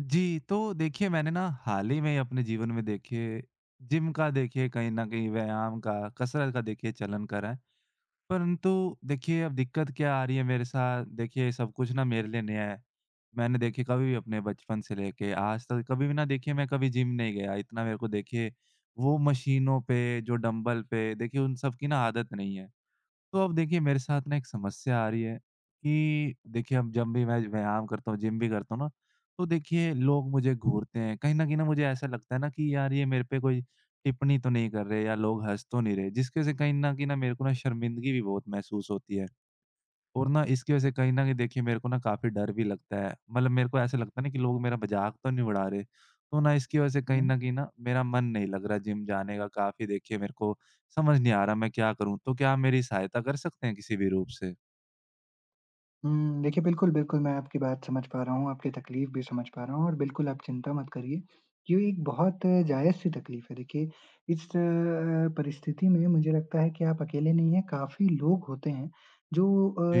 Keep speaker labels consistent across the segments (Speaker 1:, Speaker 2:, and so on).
Speaker 1: जी, तो देखिए मैंने ना हाल ही में अपने जीवन में देखिए जिम का देखिए कहीं न कहीं व्यायाम का, कसरत का देखिए चलन करा है। परंतु देखिए अब दिक्कत क्या आ रही है मेरे साथ, देखिए सब कुछ ना मेरे लिए नया है। मैंने देखिए कभी भी अपने बचपन से लेके आज तक कभी भी ना देखिए मैं कभी जिम नहीं गया, इतना मेरे को देखिए वो मशीनों पे जो डंबल पे देखिए उन सब की ना आदत नहीं है। तो अब देखिए मेरे साथ ना एक समस्या आ रही है कि देखिए अब जब भी मैं व्यायाम करता हूँ, जिम भी करता हूँ ना, तो देखिए लोग मुझे घूरते हैं। कहीं न कहीं ना मुझे ऐसा लगता है ना कि यार ये मेरे पे कोई टिप्पणी तो नहीं कर रहे या लोग हँस तो नहीं रहे। जिसकी वज़ह से कहीं न कहीं ना मेरे को ना शर्मिंदगी भी बहुत महसूस होती है। और ना इसकी वजह से कहीं न कहीं देखिए मेरे को ना काफ़ी डर भी लगता है। मतलब मेरे को ऐसा लगता है ना कि लोग मेरा मज़ाक तो नहीं उड़ा रहे। तो ना इसकी वजह से कहीं
Speaker 2: हुँ।
Speaker 1: न कहीं ना मेरा मन नहीं लग रहा जिम जाने का, काफ़ी देखिए मेरे को समझ नहीं आ रहा मैं क्या करूँ? तो क्या आप मेरी सहायता कर सकते हैं किसी भी रूप से?
Speaker 2: हुँ, देखिए बिल्कुल, बिल्कुल मैं आपकी बात समझ पा रहा हूँ, आपकी तकलीफ़ भी समझ पा रहा हूँ और बिल्कुल आप चिंता मत करिए। ये एक बहुत जायज़-सी तकलीफ़ है। देखिए इस परिस्थिति में मुझे लगता है कि आप अकेले नहीं हैं, काफ़ी लोग होते हैं जो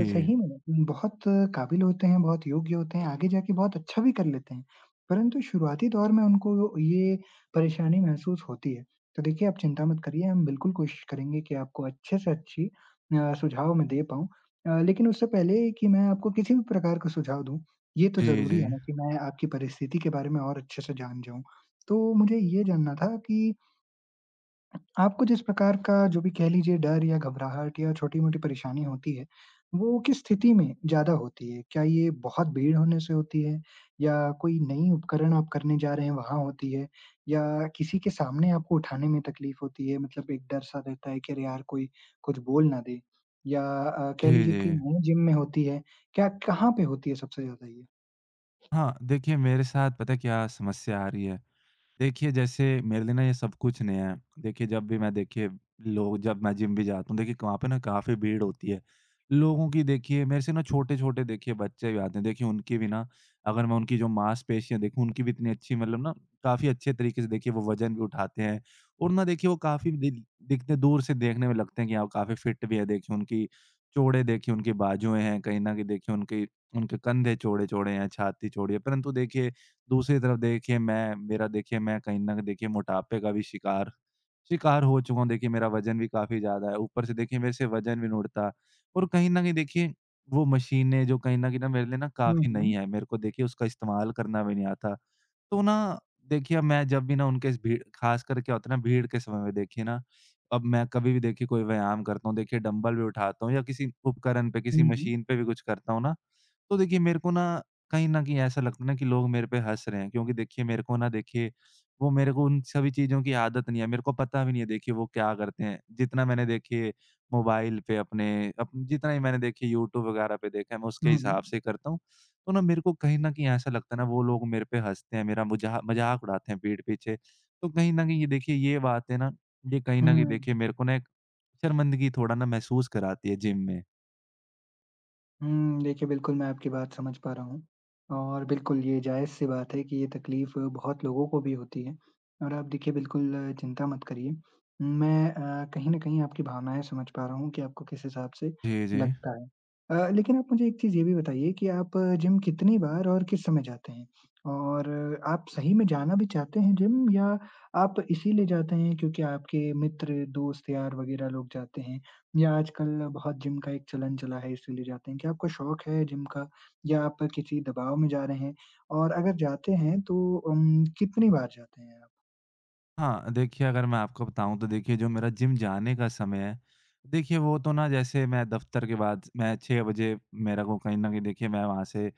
Speaker 2: सही में बहुत काबिल होते हैं, बहुत योग्य होते हैं, आगे जाके बहुत अच्छा भी कर लेते हैं। परंतु शुरुआती दौर में उनको ये परेशानी महसूस होती है। तो देखिए आप चिंता मत करिए, हम बिल्कुल कोशिश करेंगे कि आपको अच्छे से अच्छी सुझाव मैं दे पाऊँ। लेकिन उससे पहले कि मैं आपको किसी भी प्रकार का सुझाव दूँ, ये तो
Speaker 1: जी, जी।
Speaker 2: ज़रूरी है ना कि मैं आपकी परिस्थिति के बारे में और अच्छे से जान जाऊँ। तो मुझे ये जानना था कि आपको जिस प्रकार का जो भी कह लीजिए डर या घबराहट या छोटी-मोटी परेशानी होती है, वो किस स्थिति में ज़्यादा होती है? क्या ये बहुत भीड़ होने से होती है या कोई नई उपकरण आप करने जा रहे हैं वहाँ होती है या किसी के सामने आपको उठाने में तकलीफ होती है? मतलब एक डर-सा रहता है कि अरे यार कोई कुछ बोल ना दे या
Speaker 1: जी,
Speaker 2: कह लीजिए
Speaker 1: जी।
Speaker 2: कि नई जिम में होती है, क्या कहाँ पे होती है सबसे ज़्यादा ये?
Speaker 1: हाँ, देखिए मेरे साथ पता है क्या समस्या आ रही है? देखिए, जैसे मेरे लिए ना ये सब कुछ नया है। देखिए, जब भी मैं देखिए लोग जब मैं जिम भी जाता हूँ, देखिए वहाँ पे ना काफ़ी भीड़ होती है। लोगों की देखिए मेरे से ना छोटे-छोटे देखिए बच्चे भी आते हैं। देखिए, उनकी भी ना अगर मैं उनकी जो मांसपेशियाँ देखूँ, उनकी भी इतनी अच्छी मतलब ना काफ़ी अच्छे तरीके से देखिए वो वज़न भी उठाते हैं और ना देखिए वो काफ़ी दिल दिखते दूर से देखने में लगते हैं कि हाँ, वो काफ़ी फिट भी है। देखिए, उनकी चौड़े देखिए उनके बाजुएँ हैं, कहीं न कहीं देखिए उनके उनके कंधे चौड़े-चौड़े हैं, छाती चौड़ी है। परंतु देखिए दूसरी तरफ देखिए मैं मेरा देखिए मैं कहीं न देखिए मोटापे का भी शिकार शिकार हो चुका हूँ। देखिए मेरा वज़न भी काफ़ी ज़्यादा है। ऊपर से देखिए मेरे से वज़न भी नहीं उठता और कहीं न कहीं देखिए वो मशीनें जो कहीं न कहीं ना मेरे लिए ना
Speaker 2: हुँ,
Speaker 1: काफ़ी नई
Speaker 2: हुँ।
Speaker 1: है। मेरे को देखिए उसका इस्तेमाल करना भी नहीं आता। तो ना देखिए अब मैं जब भी ना उनके इस भीड़ ख़ासकर क्या होता है ना भीड़ के समय में देखिए ना, अब मैं कभी भी देखिए कोई व्यायाम करता हूँ, देखिए डंबल भी उठाता हूँ या किसी उपकरण पे,
Speaker 2: हुँ,
Speaker 1: किसी
Speaker 2: हुँ।
Speaker 1: मशीन पे भी कुछ करता हूँ ना, तो देखिए मेरे को ना कहीं न कहीं ऐसा लगता है ना कि लोग मेरे पे हँस रहे हैं क्योंकि देखिए मेरे को ना देखिए वो मेरे को उन सभी चीज़ों की आदत नहीं है। मेरे को पता भी नहीं है देखिए वो क्या करते हैं। जितना मैंने देखिए मोबाइल पे अपने अप जितना ही मैंने देखिए यूट्यूब वगैरह पे देखा है मैं उसके
Speaker 2: हुँ, हुँ।
Speaker 1: हिसाब से करता हूँ। तो ना मेरे को कहीं न कहीं ऐसा लगता है ना वो लोग मेरे पे हँसते हैं, मेरा मुजा मज़ाक उड़ाते हैं पीठ पीछे। तो कहीं न कहीं ये देखिए ये बातें ना ये कहीं न कहीं
Speaker 2: हुँ।
Speaker 1: देखिए मेरे को ना एक शर्मिंदगी थोड़ा ना महसूस कराती है जिम में।
Speaker 2: हुँ, देखिए बिल्कुल मैं आपकी बात समझ पा रहा हूँ और बिल्कुल ये जायज़-सी बात है कि ये तकलीफ़ बहुत लोगों को भी होती है और आप देखिए बिल्कुल चिंता मत करिए। मैं कहीं न कहीं आपकी भावनाएँ समझ पा रहा हूँ कि आपको किस हिसाब से
Speaker 1: जी, जी।
Speaker 2: लगता है। लेकिन आप मुझे एक चीज़ ये भी बताइए कि आप जिम कितनी बार और किस समय जाते हैं? और आप सही में जाना भी चाहते हैं जिम या आप इसीलिए जाते हैं क्योंकि आपके मित्र, दोस्त, यार वग़ैरह लोग जाते हैं? या आजकल बहुत जिम का एक चलन चला है इसीलिए जाते हैं। क्या आपको शौक है जिम का या आप किसी दबाव में जा रहे हैं? और अगर जाते हैं तो कितनी बार जाते हैं आप?
Speaker 1: हाँ, देखिए अगर मैं आपको बताऊँ तो देखिए जो मेरा जिम जाने का समय है, देखिए वो तो ना जैसे मैं दफ़्तर के बाद मैं 6 बजे मेरे को कहीं न कहीं देखिए मैं वहाँ से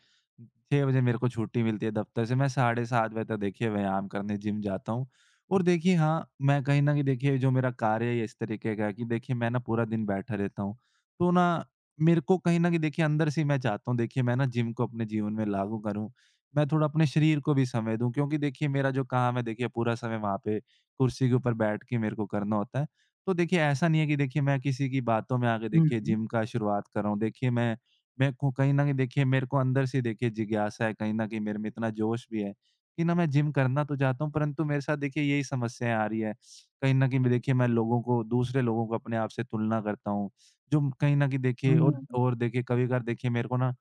Speaker 1: 6 बजे मेरे को छुट्टी मिलती है दफ़्तर से, मैं साढ़े 7 बजे तक देखिए व्यायाम करने जिम जाता हूँ। और देखिए हाँ, मैं कहीं न कहीं देखिए जो मेरा कार्य है ये इस तरीके का है कि देखिए मैं ना पूरा दिन बैठा रहता हूँ। तो ना मेरे को कहीं न कहीं देखिए अंदर से ही मैं चाहता हूँ देखिए मैं ना जिम को अपने जीवन में लागू करूँ। मैं थोड़ा अपने शरीर को भी समय दूँ क्योंकि देखिए मेरा जो काम है देखिए पूरा समय वहाँ पे कुर्सी के ऊपर बैठ के मेरे को करना होता है। तो देखिए ऐसा नहीं है कि देखिए मैं किसी की बातों में आके
Speaker 2: हुँ,
Speaker 1: देखिए
Speaker 2: हुँ।
Speaker 1: जिम का शुरुआत कर रहा हूँ। देखिए मैं मेरे को कहीं न कहीं देखिए मेरे को अंदर से देखिए जिज्ञासा है, कहीं न कहीं मेरे में इतना जोश भी है कि ना मैं जिम करना तो चाहता हूँ परंतु मेरे साथ देखिए यही समस्याएँ आ रही है। कहीं न कहीं मैं देखिए मैं लोगों को दूसरे लोगों को अपने आप से तुलना करता हूँ, जो कहीं न कहीं देखिए
Speaker 2: हुँ,
Speaker 1: और
Speaker 2: हुँ,
Speaker 1: और देखिए कभी-कभार देखिए मेरे को ना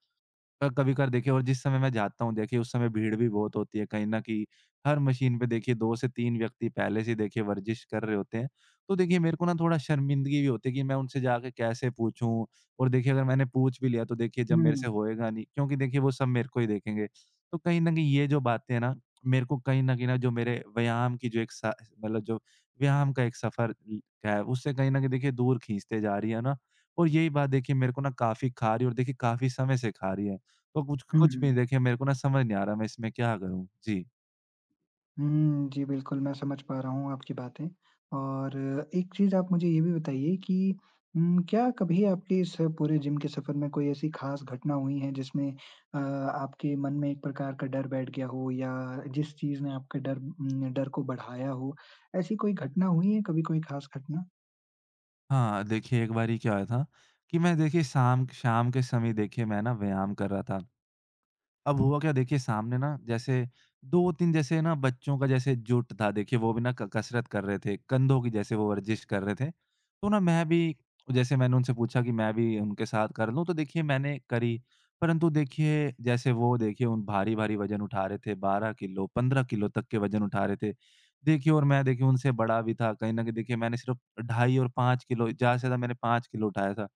Speaker 1: कभी-कभार देखिए और जिस समय मैं जाता हूँ देखिए उस समय भीड़ भी बहुत होती है कहीं न कहीं। हर मशीन पे देखिए 2 से 3 व्यक्ति पहले से देखिए वर्जिश कर रहे होते हैं। तो देखिए मेरे को ना थोड़ा शर्मिंदगी भी होती है कि मैं उनसे जाके कैसे पूछूँ? और देखिए अगर मैंने पूछ भी लिया तो देखिए जब मेरे
Speaker 2: हुँ,
Speaker 1: से होएगा नहीं क्योंकि देखिए वो सब मेरे को ही देखेंगे। तो कहीं न कहीं ये जो बातें हैं ना मेरे को कहीं न कहीं ना जो मेरे व्यायाम की जो एक स मतलब जो व्यायाम का एक सफ़र है उससे कहीं न कहीं देखिए दूर खींचते जा रही है ना। और यही बात देखिए मेरे को ना काफ़ी खा रही है और देखिए काफ़ी समय से खा रही है। तो कुछ
Speaker 2: हुँ,
Speaker 1: कुछ भी
Speaker 2: हुँ।
Speaker 1: देखिए मेरे को ना समझ नहीं आ रहा मैं इसमें क्या करूँ? जी।
Speaker 2: हुँ, जी, बिल्कुल, मैं समझ पा रहा हूँ आपकी बातें और एक चीज़ आप मुझे ये भी बताइए कि क्या कभी आपके इस पूरे जिम के सफ़र में कोई ऐसी ख़ास घटना हुई है जिसमें आपके मन में एक प्रकार का डर बैठ गया हो या जिस चीज़ ने आपका डर को बढ़ाया हो, ऐसी कोई घटना हुई है, कभी कोई ख़ास घटना?
Speaker 1: हाँ, देखिए एक बारी क्या हुआ था कि मैं देखिए शाम शाम के समय देखिए मैं ना व्यायाम कर रहा था। अब हुआ क्या देखिए सामने ना जैसे 2-3 जैसे ना बच्चों का जैसे जुट था देखिए वो भी ना क कसरत कर रहे थे, कंधों की जैसे वो वर्जिश कर रहे थे। तो ना मैं भी जैसे मैंने उनसे पूछा कि मैं भी उनके साथ कर लूँ तो देखिए मैंने करी। परंतु देखिए जैसे वो देखिए उन भारी-भारी वज़न उठा रहे थे, 12 किलो, 15 किलो तक के वज़न उठा रहे थे। देखिए और मैं देखिए उनसे बड़ा भी था, कहीं न कहीं देखिए मैंने सिर्फ़ ढाई और 5 किलो, ज़्यादा से ज़्यादा मैंने 5 किलो उठाया था।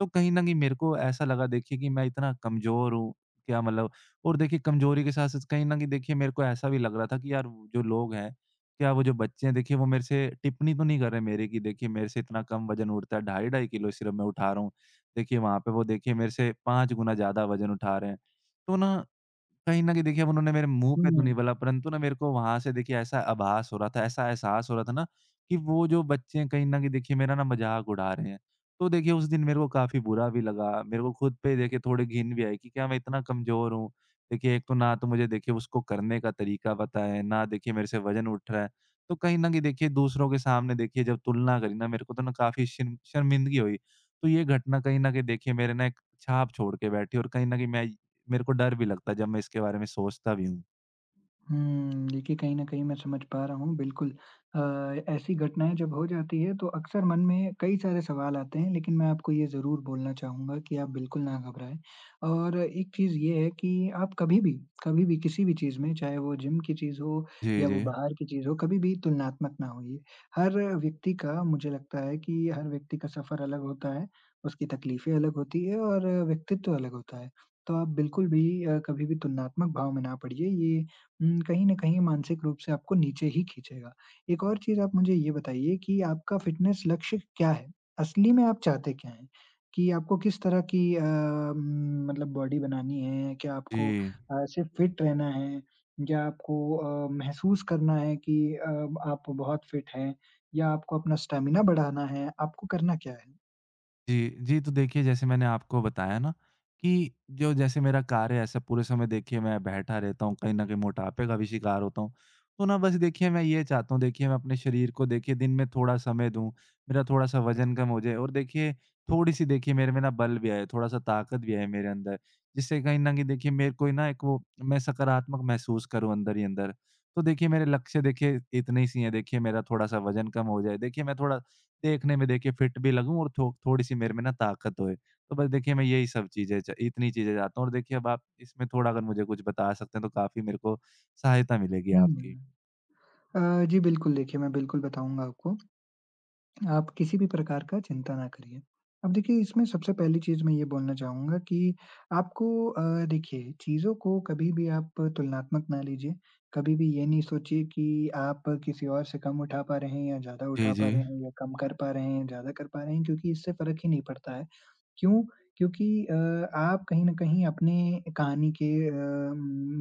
Speaker 1: तो कहीं न कहीं मेरे को ऐसा लगा देखिए कि मैं इतना कमज़ोर हूँ, क्या मतलब। और देखिए कमज़ोरी के साथ-साथ कहीं न कहीं देखिए मेरे को ऐसा भी लग रहा था कि यार वो जो लोग हैं, क्या वो जो बच्चे हैं देखिए वो मेरे से टिप्पणी तो नहीं कर रहे मेरे की देखिए मेरे से इतना कम वज़न उठता है, ढाई ढाई किलो सिर्फ़ मैं उठा रहा हूँ। देखिए वहाँ पे वो देखिए मेरे से 5 गुना ज़्यादा वज़न उठा रहे हैं। तो ना कहीं न कहीं देखिए अब उन्होंने मेरे मुँह पे तो
Speaker 2: हुँ।
Speaker 1: नहीं बोला परंतु ना मेरे को वहाँ से देखिए ऐसा आभास हो रहा था, ऐसा एहसास हो रहा था ना कि वो जो बच्चे हैं कहीं न कहीं देखिए मेरा ना मज़ाक उड़ा रहे हैं। तो देखिए उस दिन मेरे को काफ़ी बुरा भी लगा, मेरे को खुद पे देखिए थोड़ी घिन भी आई कि क्या मैं इतना कमज़ोर हूँ? देखिए, एक तो ना तो मुझे देखिए उसको करने का तरीका पता है, ना देखिए मेरे से वज़न उठ रहा है। तो कहीं न कहीं देखिए दूसरों के सामने देखिए जब तुलना करी ना मेरे को तो ना काफ़ी शर्मिंदगी हुई। तो ये घटना कहीं न कहीं देखिए मेरे ना एक छाप छोड़ के बैठी और कहीं न कहीं मैं मेरे को डर भी लगता है जब मैं इसके बारे में सोचता भी हूँ।
Speaker 2: हुँ, देखिए कहीं न कहीं मैं समझ पा रहा हूँ बिल्कुल। अ, ऐसी घटनाएँ जब हो जाती है तो अक्सर मन में कई सारे सवाल आते हैं लेकिन मैं आपको ये ज़रूर बोलना चाहूँगा कि आप बिल्कुल ना घबराएँ। और एक चीज़ ये है कि आप कभी भी, कभी भी किसी भी चीज़ में चाहे वो जिम की चीज़ हो
Speaker 1: जी,
Speaker 2: या
Speaker 1: जी।
Speaker 2: वो बाहर की चीज़ हो, कभी भी तुलनात्मक ना होइए। हर व्यक्ति का मुझे लगता है कि हर व्यक्ति का सफ़र अलग होता है, उसकी तकलीफ़ें अलग होती है और व्यक्तित्व अलग होता है। तो आप बिल्कुल भी कभी भी तुलनात्मक भाव में ना पड़िए, कहीं न कहीं मानसिक रूप से आपको नीचे ही खींचेगा। एक और चीज़ आप मुझे ये बताइए कि आपका फ़िटनेस लक्ष्य क्या है? असली में आप चाहते क्या हैं? कि आपको किस तरह की मतलब बॉडी बनानी है? क्या आपको
Speaker 1: जी।
Speaker 2: सिर्फ़ फ़िट रहना है? या आपको महसूस करना है कि आप बहुत फ़िट हैं? या आपको अपना स्टैमिना बढ़ाना है? आपको करना क्या है?
Speaker 1: जी, जी, तो देखिए जैसे मैंने आपको बताया ना कि जो जैसे मेरा कार्य है ऐसा पूरे समय देखिए मैं बैठा रहता हूँ, कहीं न कहीं मोटापे का भी शिकार होता हूँ। तो ना बस देखिए मैं ये चाहता हूँ देखिए मैं अपने शरीर को देखिए दिन में थोड़ा समय दूँ, मेरा थोड़ा-सा वज़न कम हो जाए और देखिए थोड़ी-सी देखिए मेरे में ना बल भी आए, थोड़ा-सा ताकत भी आए मेरे अंदर, जिससे कहीं न कहीं देखिए मेरे को ही ना एक वो मैं सकारात्मक महसूस करूँ अंदर ही अंदर। तो देखिए मेरे लक्ष्य देखिए इतने ही सी हैं, देखिए मेरा थोड़ा-सा वज़न कम हो जाए, देखिए मैं थोड़ा देखने में देखिए फिट भी लगूँ और थो थोड़ी-सी मेरे में ना ताकत होए। तो बस देखिए मैं यही सब चीज़ें च इतनी चीज़ें चाहता हूँ और देखिए अब आप इसमें थोड़ा अगर मुझे कुछ बता सकते हैं तो काफ़ी मेरे को सहायता मिलेगी आपकी।
Speaker 2: हुँ। जी बिल्कुल, देखिए मैं बिल्कुल बताऊँगा आपको। आप किसी भी प्रकार का चिंता ना करिए। अब देखिए इसमें सबसे पहली चीज़ मैं ये बोलना चाहूँगा कि आपको देखिए चीज़ों को कभी भी आप तुलनात्मक ना लीजिए। कभी भी ये नहीं सोचिए कि आप किसी और से कम उठा पा रहे हैं या ज़्यादा
Speaker 1: जी,
Speaker 2: उठा पा
Speaker 1: जी।
Speaker 2: रहे हैं या कम कर पा रहे हैं, ज़्यादा कर पा रहे हैं क्योंकि इससे फ़र्क ही नहीं पड़ता है। क्यों? क्योंकि आप कहीं न कहीं अपने कहानी के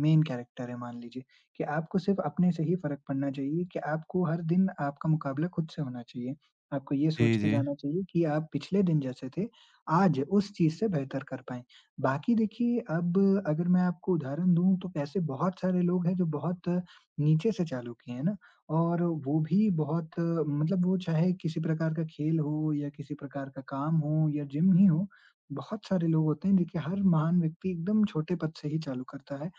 Speaker 2: मेन कैरेक्टर हैं मान लीजिए, कि आपको सिर्फ़ अपने से ही फ़र्क पड़ना चाहिए कि आपको हर दिन आपका मुकाबला खुद से होना चाहिए। आपको ये सोच
Speaker 1: जी,
Speaker 2: के
Speaker 1: जी।
Speaker 2: जाना चाहिए कि आप पिछले दिन जैसे थे, आज उस चीज़ से बेहतर कर पाएँ। बाकी देखिए अब अगर मैं आपको उदाहरण दूँ तो ऐसे बहुत सारे लोग हैं जो बहुत नीचे से चालू किए हैं ना और वो भी बहुत मतलब वो चाहे किसी प्रकार का खेल हो या किसी प्रकार का काम हो या जिम ही हो, बहुत सारे लोग होते हैं देखिए हर महान व्यक्ति एकदम छोटे पद से ही चालू करता है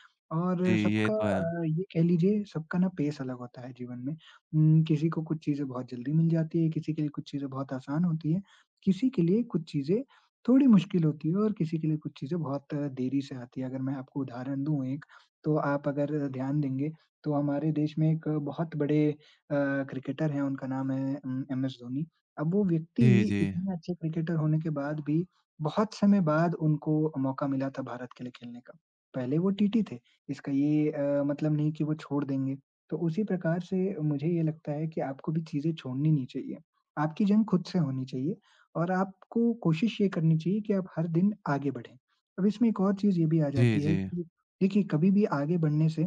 Speaker 1: जी,
Speaker 2: और
Speaker 1: ये
Speaker 2: सबका
Speaker 1: तो है।
Speaker 2: ये कह लीजिए सबका ना पेस अलग होता है जीवन में। किसी को कुछ चीज़ें बहुत जल्दी मिल जाती है, किसी के लिए कुछ चीज़ें बहुत आसान होती है, किसी के लिए कुछ चीज़ें थोड़ी मुश्किल होती है और किसी के लिए कुछ चीज़ें बहुत देरी से आती है। अगर मैं आपको उदाहरण दूँ एक, तो आप अगर ध्यान देंगे तो हमारे देश में एक बहुत बड़े क्रिकेटर हैं उनका नाम है एमएस धोनी। अब वो व्यक्ति
Speaker 1: जी, जी।
Speaker 2: इतने अच्छे क्रिकेटर होने के बाद भी बहुत समय बाद उनको मौका मिला था भारत के लिए खेलने का। पहले वो टीटी थे, इसका ये मतलब नहीं कि वो छोड़ देंगे। तो उसी प्रकार से मुझे ये लगता है कि आपको भी चीज़ें छोड़नी नहीं चाहिए। आपकी जंग खुद से होनी चाहिए और आपको कोशिश ये करनी चाहिए कि आप हर दिन आगे बढ़ें। अब इसमें एक और चीज़ ये भी आ
Speaker 1: जी,
Speaker 2: जाती है
Speaker 1: जी।
Speaker 2: कि देखिए, कभी भी आगे बढ़ने से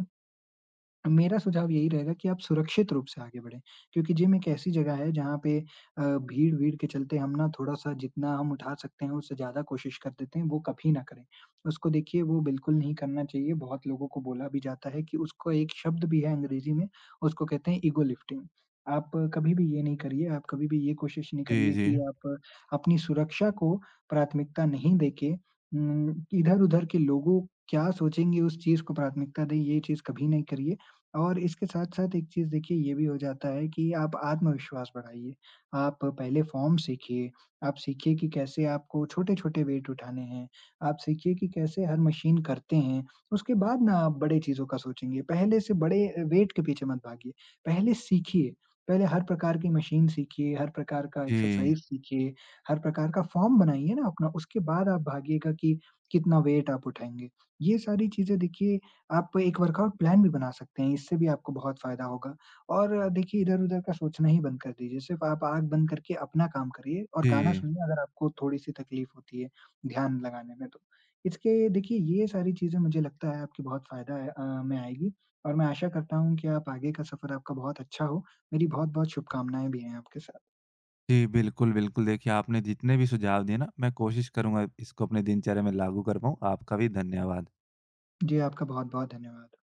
Speaker 2: मेरा सुझाव यही रहेगा कि आप सुरक्षित रूप से आगे बढ़ें, क्योंकि जिम एक ऐसी जगह है जहाँ पे भीड़-वीड़ के चलते हम ना थोड़ा-सा जितना हम उठा सकते हैं उससे ज़्यादा कोशिश कर देते हैं, वो कभी ना करें। उसको देखिए वो बिल्कुल नहीं करना चाहिए, बहुत लोगों को बोला भी जाता है कि उसको एक शब्द भी है अंग्रेज़ी में, उसको कहते हैं ईगो लिफ्टिंग। आप कभी भी ये नहीं करिए, आप कभी भी ये कोशिश नहीं
Speaker 1: जी,
Speaker 2: करिए
Speaker 1: जी।
Speaker 2: कि आप अपनी सुरक्षा को प्राथमिकता नहीं देके इधर-उधर के लोगों क्या सोचेंगे उस चीज़ को प्राथमिकता दें, ये चीज़ कभी नहीं करिए। और इसके साथ-साथ एक चीज़ देखिए ये भी हो जाता है कि आप आत्मविश्वास बढ़ाइए। आप पहले फॉर्म सीखिए, आप सीखिए कि कैसे आपको छोटे-छोटे वेट उठाने हैं, आप सीखिए कि कैसे हर मशीन करते हैं, उसके बाद ना आप बड़े चीज़ों का सोचेंगे। पहले से बड़े वेट के पीछे मत भागिए, पहले सीखिए। पहले हर प्रकार की मशीन सीखिए, हर प्रकार का
Speaker 1: जी।
Speaker 2: एक्सरसाइज़ सीखिए, हर प्रकार का फॉर्म बनाइए ना अपना, उसके बाद आप भागिएगा कि कितना वेट आप उठाएँगे। ये सारी चीज़ें देखिए आप एक वर्कआउट प्लान भी बना सकते हैं, इससे भी आपको बहुत फ़ायदा होगा और देखिए इधर-उधर का सोचना ही बंद कर दीजिए, सिर्फ़ आप आँख बंद करके अपना काम करिए और गाना
Speaker 1: जी।
Speaker 2: सुनिए अगर आपको थोड़ी-सी तकलीफ़ होती है ध्यान लगाने में तो। इसके देखिए ये सारी चीज़ें मुझे लगता है आपकी बहुत फ़ायदा है में आएगी और मैं आशा करता हूँ कि आप आगे का सफ़र आपका बहुत अच्छा हो। मेरी बहुत-बहुत शुभकामनाएँ भी हैं आपके साथ।
Speaker 1: जी, बिल्कुल, बिल्कुल। देखिए आपने जितने भी सुझाव दिए ना मैं कोशिश करूँगा इसको अपने दिनचर्या में लागू कर पाऊँ। आपका भी धन्यवाद।
Speaker 2: जी, आपका बहुत-बहुत धन्यवाद।